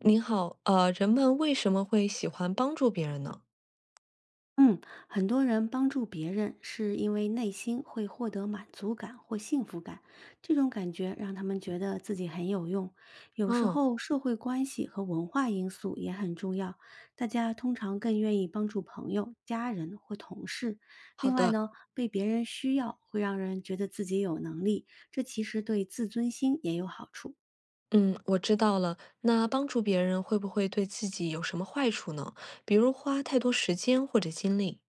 您好，人们为什么会喜欢帮助别人呢？嗯，很多人帮助别人是因为内心会获得满足感或幸福感，这种感觉让他们觉得自己很有用。有时嗯，候社会关系和文化因素也很重要，大家通常更愿意帮助朋友、家人或同事。好另外的，呢，被别人需要会让人觉得自己有能力，这其实对自尊心也有好处。嗯，我知道了。那帮助别人会不会对自己有什么坏处呢？比如花太多时间或者精力。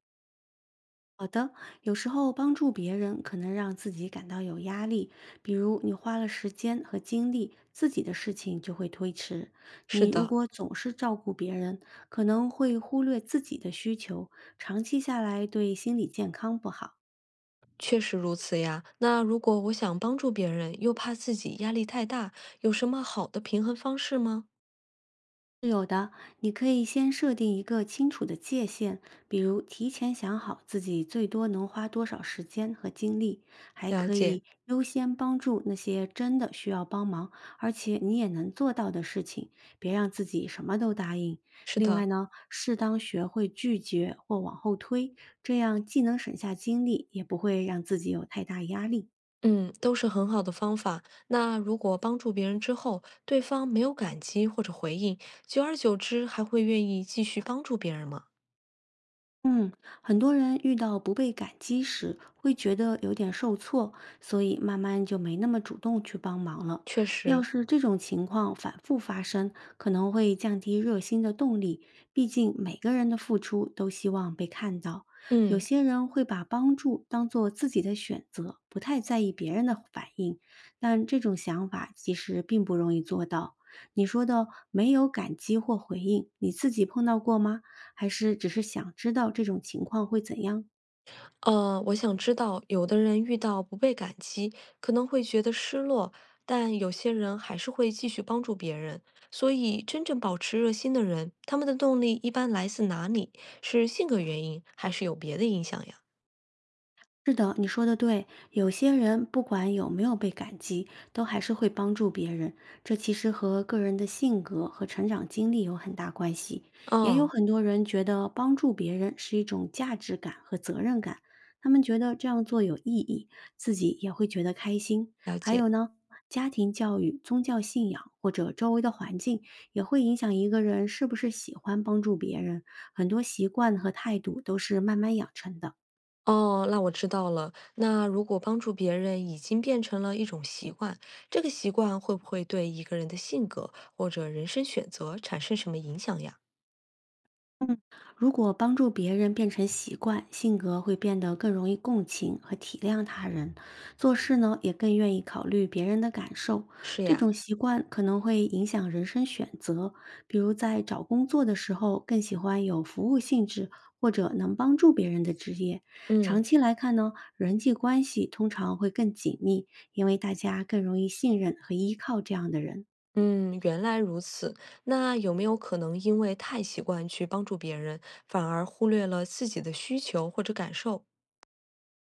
好的，有时候帮助别人可能让自己感到有压力，比如你花了时间和精力，自己的事情就会推迟。是你如的，果总是照顾别人，可能会忽略自己的需求，长期下来对心理健康不好。确实如此呀。那如果我想帮助别人，又怕自己压力太大，有什么好的平衡方式吗？是有的，你可以先设定一个清楚的界限，比如提前想好自己最多能花多少时间和精力，还了可解，以优先帮助那些真的需要帮忙，而且你也能做到的事情，别让自己什么都答应。是另外的。呢，适当学会拒绝或往后推，这样既能省下精力，也不会让自己有太大压力。嗯，都是很好的方法。那如果帮助别人之后，对方没有感激或者回应，久而久之还会愿意继续帮助别人吗？嗯，很多人遇到不被感激时，会觉得有点受挫，所以慢慢就没那么主动去帮忙了。确要实，是这种情况反复发生，可能会降低热心的动力。毕竟每个人的付出都希望被看到，有嗯，些人会把帮助当做自己的选择，不太在意别人的反应。但这种想法其实并不容易做到。你说的没有感激或回应，你自己碰到过吗？还是只是想知道这种情况会怎样？我想知道，有的人遇到不被感激，可能会觉得失落，但有些人还是会继续帮助别人。所以，真正保持热心的人，他们的动力一般来自哪里？是性格原因，还是有别的影响呀？是的，你说的对。有些人不管有没有被感激，都还是会帮助别人。这其实和个人的性格和成长经历有很大关系。也有嗯，很多人觉得帮助别人是一种价值感和责任感，他们觉得这样做有意义，自己也会觉得开心。了还有解。呢，家庭教育、宗教信仰或者周围的环境也会影响一个人是不是喜欢帮助别人。很多习惯和态度都是慢慢养成的。哦，那我知道了。那如果帮助别人已经变成了一种习惯，这个习惯会不会对一个人的性格或者人生选择产生什么影响呀？如果帮助别人变成习惯，性格会变得更容易共情和体谅他人，做事呢也更愿意考虑别人的感受。是这呀，种习惯可能会影响人生选择，比如在找工作的时候更喜欢有服务性质或者能帮助别人的职业。长嗯期来看呢，人际关系通常会更紧密，因为大家更容易信任和依靠这样的人。嗯，原来如此。那有没有可能因为太习惯去帮助别人，反而忽略了自己的需求或者感受？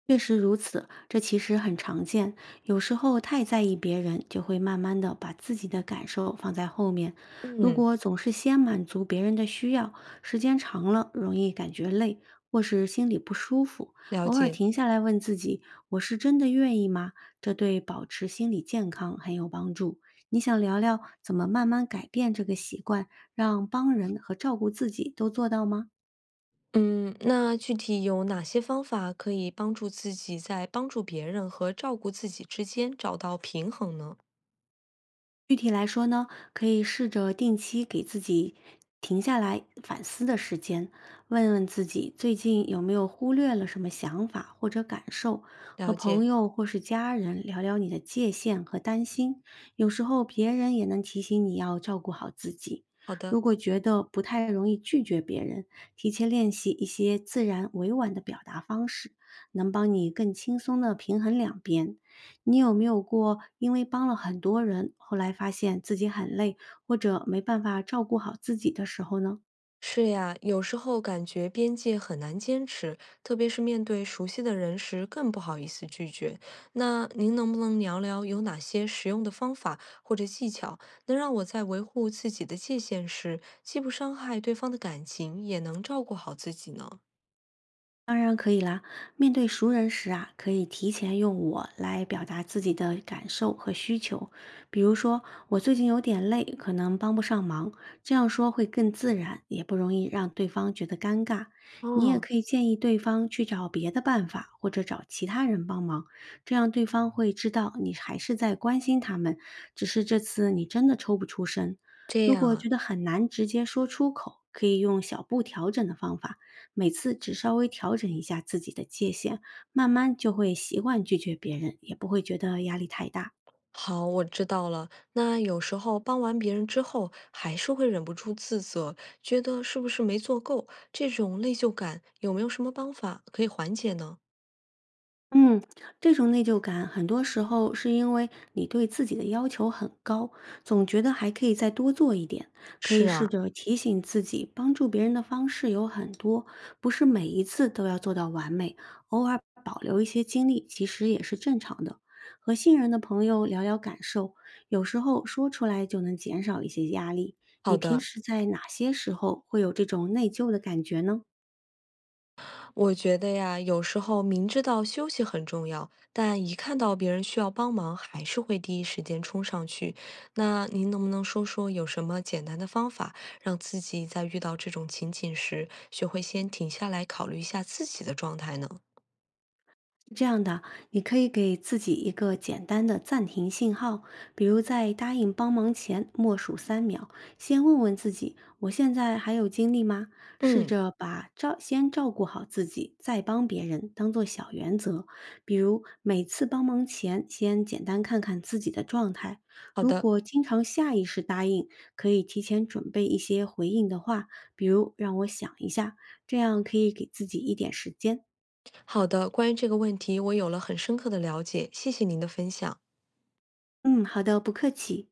确实如此，这其实很常见。有时候太在意别人，就会慢慢的把自己的感受放在后面。如嗯，果总是先满足别人的需要，时间长了容易感觉累，或是心里不舒服。了偶尔解。停下来问自己：“我是真的愿意吗？”这对保持心理健康很有帮助。你想聊聊怎么慢慢改变这个习惯，让帮人和照顾自己都做到吗？嗯，那具体有哪些方法可以帮助自己在帮助别人和照顾自己之间找到平衡呢？具体来说呢，可以试着定期给自己停下来，问问自己最近有没有忽略了什么想法或者感受，和了解。朋友或是家人聊聊你的界限和担心。有时候别人也能提醒你要照顾好自己。好的，如果觉得不太容易拒绝别人，提前练习一些自然委婉的表达方式，能帮你更轻松地平衡两边。你有没有过因为帮了很多人，后来发现自己很累，或者没办法照顾好自己的时候呢？是呀，有时候感觉边界很难坚持，特别是面对熟悉的人时，更不好意思拒绝。那您能不能聊聊有哪些实用的方法或者技巧，能让我在维护自己的界限时，既不伤害对方的感情，也能照顾好自己呢？当然可以啦。面对熟人时啊，可以提前用“我”来表达自己的感受和需求，比如说“我最近有点累，可能帮不上忙”，这样说会更自然，也不容易让对方觉得尴尬。你也哦，可以建议对方去找别的办法，或者找其他人帮忙，这样对方会知道你还是在关心他们，只是这次你真的抽不出身。这如样果觉啊。得很难直接说出口，可以用小步调整的方法。每次只稍微调整一下自己的界限，慢慢就会习惯拒绝别人，也不会觉得压力太大。好，我知道了。那有时候帮完别人之后，还是会忍不住自责，觉得是不是没做够，这种内疚感有没有什么方法可以缓解呢？嗯，这种内疚感很多时候是因为你对自己的要求很高，总觉得还可以再多做一点。可以是试啊，着提醒自己，帮助别人的方式有很多，不是每一次都要做到完美，偶尔保留一些精力其实也是正常的。和信任的朋友聊聊感受，有时候说出来就能减少一些压力。你好平的，时在哪些时候会有这种内疚的感觉呢？我觉得呀，有时候明知道休息很重要，但一看到别人需要帮忙，还是会第一时间冲上去。那您能不能说说有什么简单的方法，让自己在遇到这种情景时，学会先停下来考虑一下自己的状态呢？是这样的，你可以给自己一个简单的暂停信号，比如在答应帮忙前默数3秒，先问问自己：我现在还有精力吗？试嗯，着把照先照顾好自己，再帮别人当做小原则。比如每次帮忙前，先简单看看自己的状态。好如的。果经常下意识答应，可以提前准备一些回应的话，比如让我想一下，这样可以给自己一点时间。好的，关于这个问题，我有了很深刻的了解，谢谢您的分享。嗯，好的，不客气。